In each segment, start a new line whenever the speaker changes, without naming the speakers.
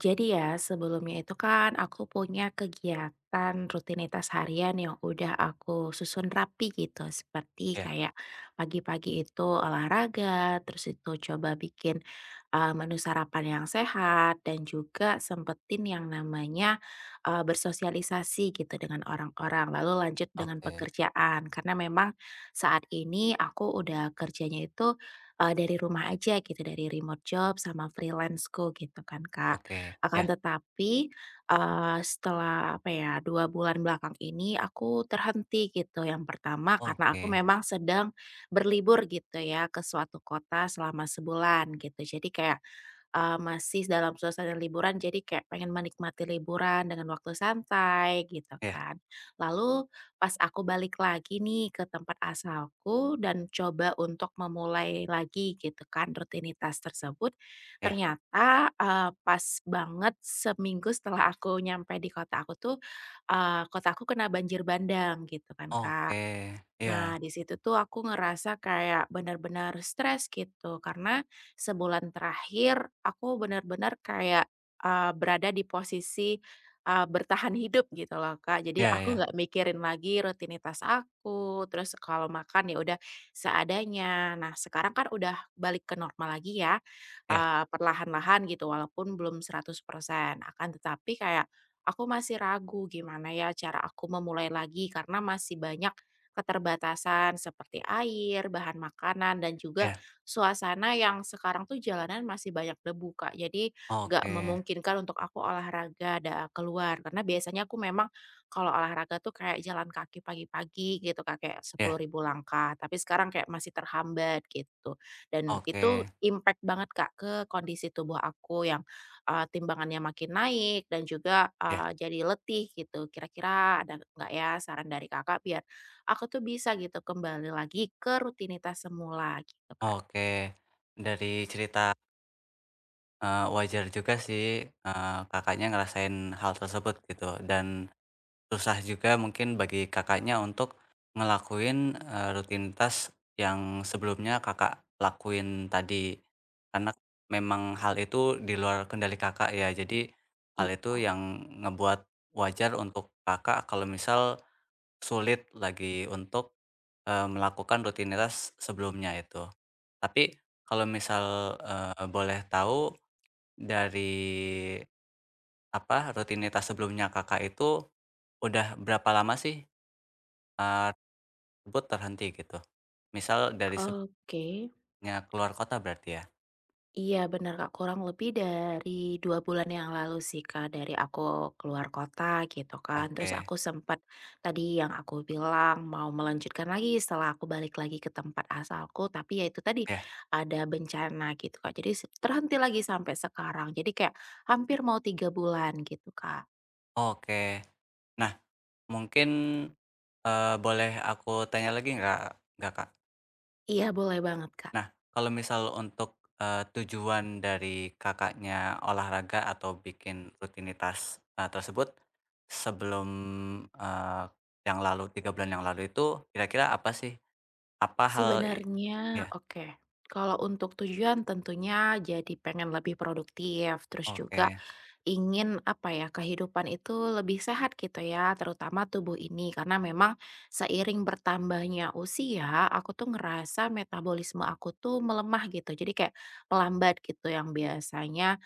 Jadi ya, sebelumnya itu kan aku punya kegiatan rutinitas harian yang udah aku susun rapi gitu. Seperti
Iya,
kayak pagi-pagi itu olahraga, terus itu coba bikin menu sarapan yang sehat, dan juga sempetin yang namanya bersosialisasi gitu dengan orang-orang. Lalu lanjut dengan
oke
pekerjaan, karena memang saat ini aku udah kerjanya itu dari rumah aja gitu, dari remote job sama freelanceku gitu kan, Kak.
oke,
Akan
ya,
tetapi, setelah apa ya, 2 bulan belakang ini aku terhenti gitu. Yang pertama karena aku
oke,
memang sedang berlibur gitu ya, ke suatu kota selama sebulan gitu. Jadi kayak masih dalam suasana liburan, jadi kayak pengen menikmati liburan dengan waktu santai gitu
ya,
kan. Lalu pas aku balik lagi nih ke tempat asalku dan coba untuk memulai lagi gitu kan rutinitas tersebut,
ya,
ternyata, pas banget seminggu setelah aku nyampe di kota aku tuh, kota aku kena banjir bandang gitu kan, Kak.
oke, ya,
Nah, di situ tuh aku ngerasa kayak benar-benar stres gitu, karena sebulan terakhir aku benar-benar kayak, berada di posisi, bertahan hidup gitu loh, Kak. Jadi
ya,
aku
ya,
nggak mikirin lagi rutinitas aku, terus kalau makan ya udah seadanya. Nah, sekarang kan udah balik ke normal lagi ya,
ya,
perlahan-lahan gitu, walaupun belum 100%. Akan tetapi kayak aku masih ragu, gimana ya cara aku memulai lagi, karena masih banyak keterbatasan seperti air, bahan makanan, dan juga
iya,
suasana yang sekarang tuh jalanan masih banyak debu, Kak. Jadi nggak
oke,
memungkinkan untuk aku olahraga dan keluar. Karena biasanya aku memang kalau olahraga tuh kayak jalan kaki pagi-pagi gitu, Kak, kayak sepuluh
ya,
ribu langkah. Tapi sekarang kayak masih terhambat gitu. Dan
oke,
itu impact banget, Kak, ke kondisi tubuh aku yang timbangannya makin naik dan juga
ya,
jadi letih gitu. Kira-kira ada nggak ya saran dari Kakak biar aku tuh bisa gitu kembali lagi ke rutinitas semula gitu, Kak.
oke. Dari cerita, wajar juga sih, Kakaknya ngerasain hal tersebut gitu dan susah juga mungkin bagi Kakaknya untuk ngelakuin, rutinitas yang sebelumnya Kakak lakuin tadi. Karena memang hal itu di luar kendali Kakak ya, jadi hal
Iya.
itu yang ngebuat wajar untuk Kakak kalau misal sulit lagi untuk, melakukan rutinitas sebelumnya itu. Tapi kalau misal, boleh tahu dari apa, rutinitas sebelumnya Kakak itu udah berapa lama sih, eee, jemput terhenti gitu? Misal dari sebelumnya
Oke.
keluar kota berarti ya?
Iya benar Kak, kurang lebih dari 2 bulan yang lalu sih Kak, dari aku keluar kota gitu kan. Terus
Oke,
aku sempat tadi yang aku bilang mau melanjutkan lagi setelah aku balik lagi ke tempat asalku, tapi ya itu tadi,
ya,
ada bencana gitu Kak. Jadi terhenti lagi sampai sekarang. Jadi kayak hampir mau 3 bulan gitu, Kak.
oke. Nah mungkin, boleh aku tanya lagi nggak, Kak?
Iya boleh banget, Kak.
Nah kalau misal untuk, tujuan dari Kakaknya olahraga atau bikin rutinitas, tersebut sebelum, eee, yang lalu 3 bulan yang lalu itu kira-kira apa sih? Apa hal i
Sebenarnya
Ya,
oke. Kalau untuk tujuan tentunya jadi pengen lebih produktif, terus juga
oke,
ingin apa ya, kehidupan itu lebih sehat gitu ya, terutama tubuh ini. Karena memang seiring bertambahnya usia, aku tuh ngerasa metabolisme aku tuh melemah gitu. Jadi kayak melambat gitu yang biasanya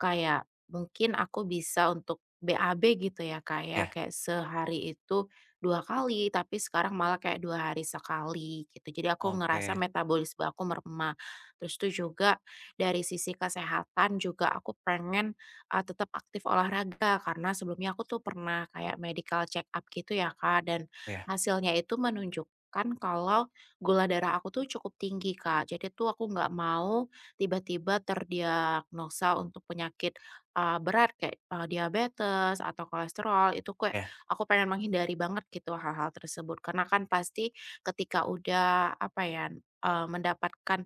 kayak mungkin aku bisa untuk BAB gitu ya, kayak
ya,
kayak sehari itu 2 kali, tapi sekarang malah kayak 2 hari sekali gitu. Jadi aku ngerasa
oke,
metabolisme aku meremah. Terus tuh juga dari sisi kesehatan juga aku pengen, tetap aktif olahraga karena sebelumnya aku tuh pernah kayak medical check up gitu ya, Kak, dan
ya,
hasilnya itu menunjukkan kalau gula darah aku tuh cukup tinggi, Kak. Jadi tuh aku nggak mau tiba-tiba terdiagnosa untuk penyakit, berat kayak, diabetes atau kolesterol, itu kek.
ya,
Aku pengen menghindari banget gitu hal-hal tersebut, karena kan pasti ketika udah apa ya, mendapatkan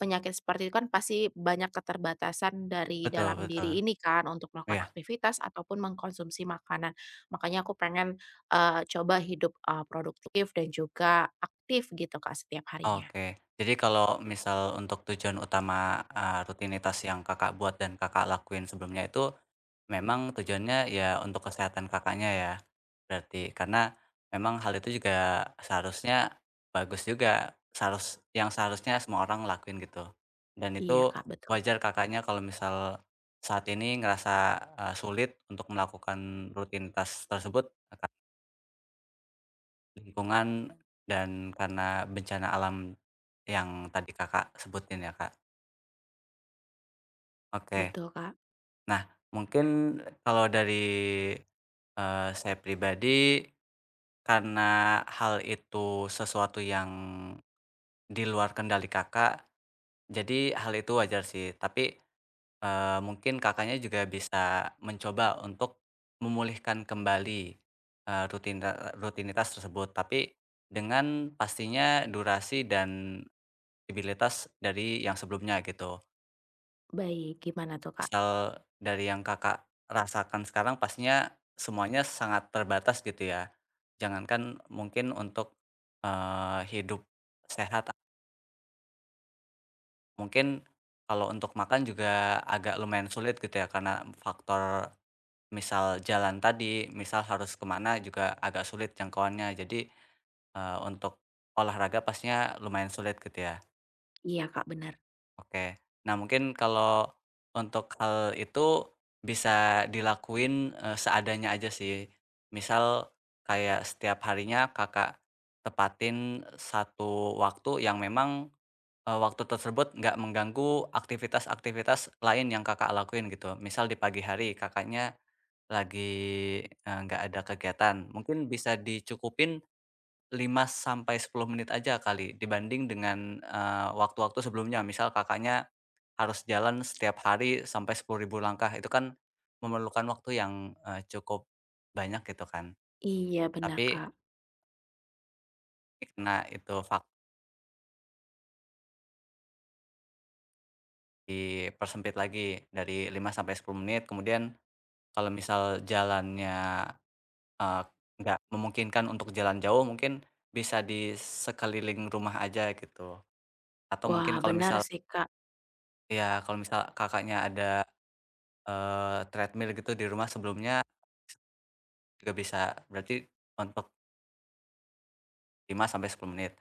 penyakit seperti itu kan pasti banyak keterbatasan dari
betul
dalam
betul,
diri ini kan untuk melakukan
ya.
aktivitas ataupun mengkonsumsi makanan. Makanya aku pengen, coba hidup, produktif dan juga aktif gitu, Kak, setiap harinya.
Oke. Jadi kalau misal untuk tujuan utama, rutinitas yang Kakak buat dan Kakak lakuin sebelumnya itu memang tujuannya ya untuk kesehatan Kakaknya ya? Berarti karena memang hal itu juga seharusnya bagus juga, seharusnya semua orang lakuin gitu. Dan
Iya,
itu
Kak, betul.
wajar Kakaknya kalau misal saat ini ngerasa, sulit untuk melakukan rutinitas tersebut, lingkungan dan karena bencana alam yang tadi Kakak sebutin ya, Kak. Oke.
Betul, Kak.
Nah, mungkin kalau dari, saya pribadi karena hal itu sesuatu yang di luar kendali Kakak, jadi hal itu wajar sih. Tapi, mungkin Kakaknya juga bisa mencoba untuk memulihkan kembali, rutinitas tersebut, tapi dengan pastinya durasi dan abilitas dari yang sebelumnya gitu.
Baik, gimana tuh, Kak?
Misal dari yang Kakak rasakan sekarang pastinya semuanya sangat terbatas gitu ya. Jangankan mungkin untuk, hidup sehat, mungkin kalau untuk makan juga agak lumayan sulit gitu ya karena faktor misal jalan tadi, misal harus kemana juga agak sulit jangkauannya. Jadi, untuk olahraga pastinya lumayan sulit gitu ya?
Iya, Kak, benar.
Oke. Nah, mungkin kalau untuk hal itu bisa dilakuin, seadanya aja sih. Misal kayak setiap harinya Kakak tepatin satu waktu yang memang, waktu tersebut nggak mengganggu aktivitas-aktivitas lain yang Kakak lakuin gitu. Misal di pagi hari Kakaknya lagi, nggak ada kegiatan, mungkin bisa dicukupin 5 sampai 10 menit aja kali dibanding dengan, waktu-waktu sebelumnya. Misal Kakaknya harus jalan setiap hari sampai 10.000 langkah, itu kan memerlukan waktu yang, cukup banyak gitu kan.
Iya, benar,
Tapi
Kak.
karena itu dipersempit lagi dari 5 sampai 10 menit, kemudian kalau misal jalannya, eee, nggak memungkinkan untuk jalan jauh mungkin bisa di sekeliling rumah aja gitu. Atau mungkin
Wah,
kalau
benar
misal
sih, Kak.
ya kalau misal Kakaknya ada treadmill gitu di rumah sebelumnya juga bisa, berarti untuk 5 sampai 10 menit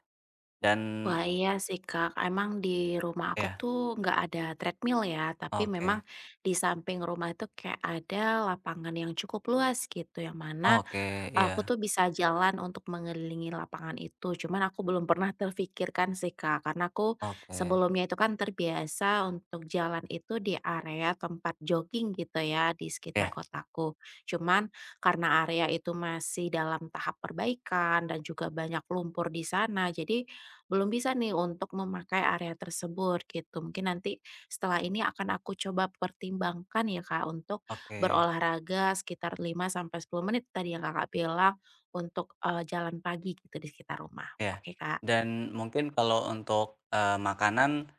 dan
Wah iya sih, Kak, emang di rumah aku
ya,
tuh nggak ada treadmill ya, tapi memang
oke
di samping rumah itu kayak ada lapangan yang cukup luas gitu, yang mana
oke,
aku
iya,
tuh bisa jalan untuk mengelilingi lapangan itu, cuman aku belum pernah terfikirkan sih, Kak. Karena aku
oke,
sebelumnya itu kan terbiasa untuk jalan itu di area tempat jogging gitu ya, di sekitar
ya,
kotaku. Cuman karena area itu masih dalam tahap perbaikan dan juga banyak lumpur di sana, jadi belum bisa nih untuk memakai area tersebut gitu. Mungkin nanti setelah ini akan aku coba pertimbangkan ya, Kak, untuk
oke,
berolahraga sekitar 5 sampai 10 menit tadi yang Kakak bilang untuk, jalan pagi gitu di sekitar rumah.
ya.
Oke, Kak.
Dan mungkin kalau untuk, makanan,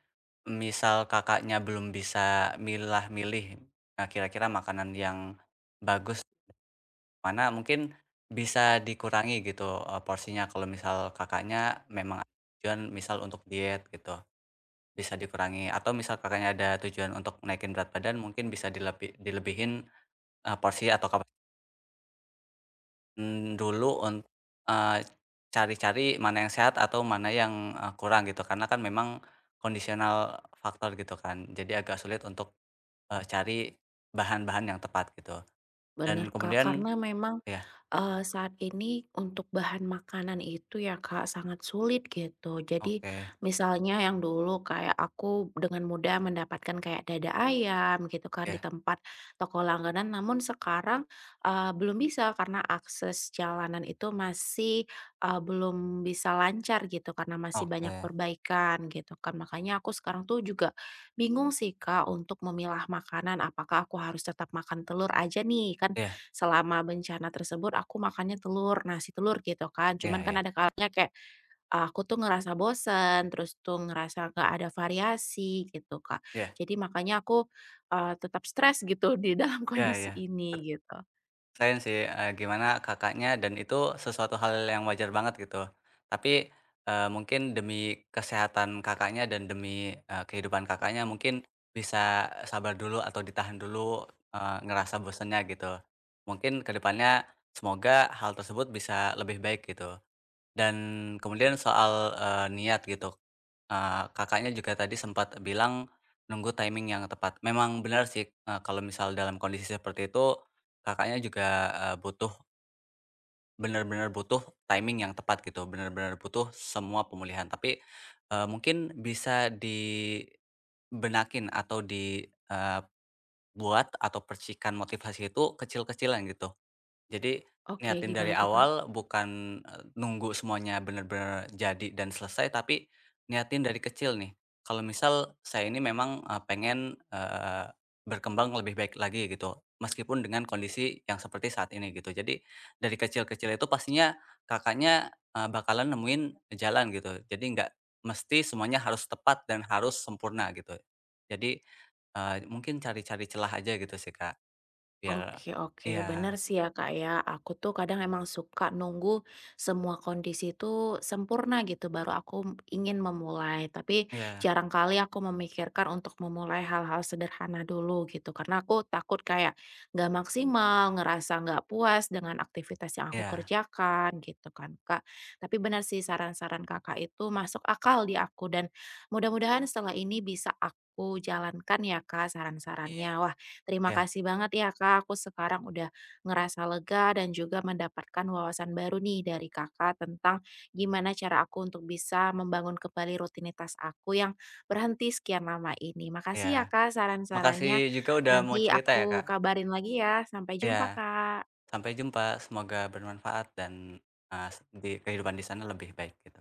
misal Kakaknya belum bisa milah-milih, nah kira-kira makanan yang bagus mana, mungkin bisa dikurangi gitu, porsinya kalau misal Kakaknya memang ada tujuan misal untuk diet gitu. Bisa dikurangi atau misal Kakaknya ada tujuan untuk naikin berat badan mungkin bisa dilebihin, porsi atau dulu untuk eh, cari-cari mana yang sehat atau mana yang, kurang gitu karena kan memang kondisional faktor gitu kan jadi agak sulit untuk, cari bahan-bahan yang tepat gitu dan
Bener, Kak,
kemudian
karena memang,
ya,
saat ini untuk bahan makanan itu ya, Kak, sangat sulit gitu. Jadi
oke,
misalnya yang dulu kayak aku dengan mudah mendapatkan kayak dada ayam gitu kan di
ya,
tempat toko langganan, namun sekarang, belum bisa karena akses jalanan itu masih, belum bisa lancar gitu karena masih banyak
oke,
perbaikan gitu kan. Makanya aku sekarang tuh juga bingung sih Kak untuk memilah makanan, apakah aku harus tetap makan telur aja nih, kan
ya,
selama bencana tersebut aku makannya telur, nasi telur gitu kan. Cuman
ya,
kan
ya,
ada kalanya kayak ah, aku tuh ngerasa bosen, terus tuh ngerasa gak ada variasi gitu, Kak.
ya,
Jadi makanya aku, tetap stres gitu di dalam
ya,
kondisi
ya,
ini gitu.
sayang sih, gimana Kakaknya dan itu sesuatu hal yang wajar banget gitu. Tapi, mungkin demi kesehatan Kakaknya dan demi, kehidupan Kakaknya mungkin bisa sabar dulu atau ditahan dulu, ngerasa bosennya gitu. Mungkin kedepannya semoga hal tersebut bisa lebih baik gitu. Dan kemudian soal, niat gitu, Kakaknya juga tadi sempat bilang nunggu timing yang tepat. Memang benar sih, kalau misal dalam kondisi seperti itu Kakaknya juga, butuh benar-benar butuh timing yang tepat gitu, benar-benar butuh semua pemulihan. Tapi, mungkin bisa dibenakin atau dibuat atau percikan motivasi itu kecil-kecilan gitu. Jadi,
Oke,
niatin
gimana
dari
tuh, Kak?
awal bukan, nunggu semuanya bener-bener jadi dan selesai, tapi niatin dari kecil nih. Kalau misal saya ini memang, pengen, berkembang lebih baik lagi gitu, meskipun dengan kondisi yang seperti saat ini gitu. Jadi, dari kecil-kecil itu pastinya Kakaknya, bakalan nemuin jalan gitu. Jadi nggak mesti semuanya harus tepat dan harus sempurna gitu. Jadi, mungkin cari-cari celah aja gitu sih, Kak, biar
Oke oke, benar
iya,
sih ya Kak ya, aku tuh kadang emang suka nunggu semua kondisi itu sempurna gitu baru aku ingin memulai, tapi
iya,
jarang kali aku memikirkan untuk memulai hal-hal sederhana dulu gitu, karena aku takut kayak nggak maksimal, ngerasa nggak puas dengan aktivitas yang aku
iya.
kerjakan gitu kan, Kak. Tapi benar sih saran-saran Kakak itu masuk akal di aku dan mudah-mudahan setelah ini bisa aku jalankan ya Kak saran-sarannya. Wah, terima
Iya,
kasih banget ya Kak, aku sekarang udah ngerasa lega dan juga mendapatkan wawasan baru nih dari Kakak tentang gimana cara aku untuk bisa membangun kembali rutinitas aku yang berhenti sekian lama ini.
iya.
Makasih ya Kak
Makasih
saran-sarannya.
juga udah mau
Nanti
cerita ya,
aku
Kak.
kabarin lagi ya. Sampai
Iya,
jumpa, Kak.
sampai jumpa, semoga bermanfaat dan, eee, di kehidupan di sana lebih baik gitu.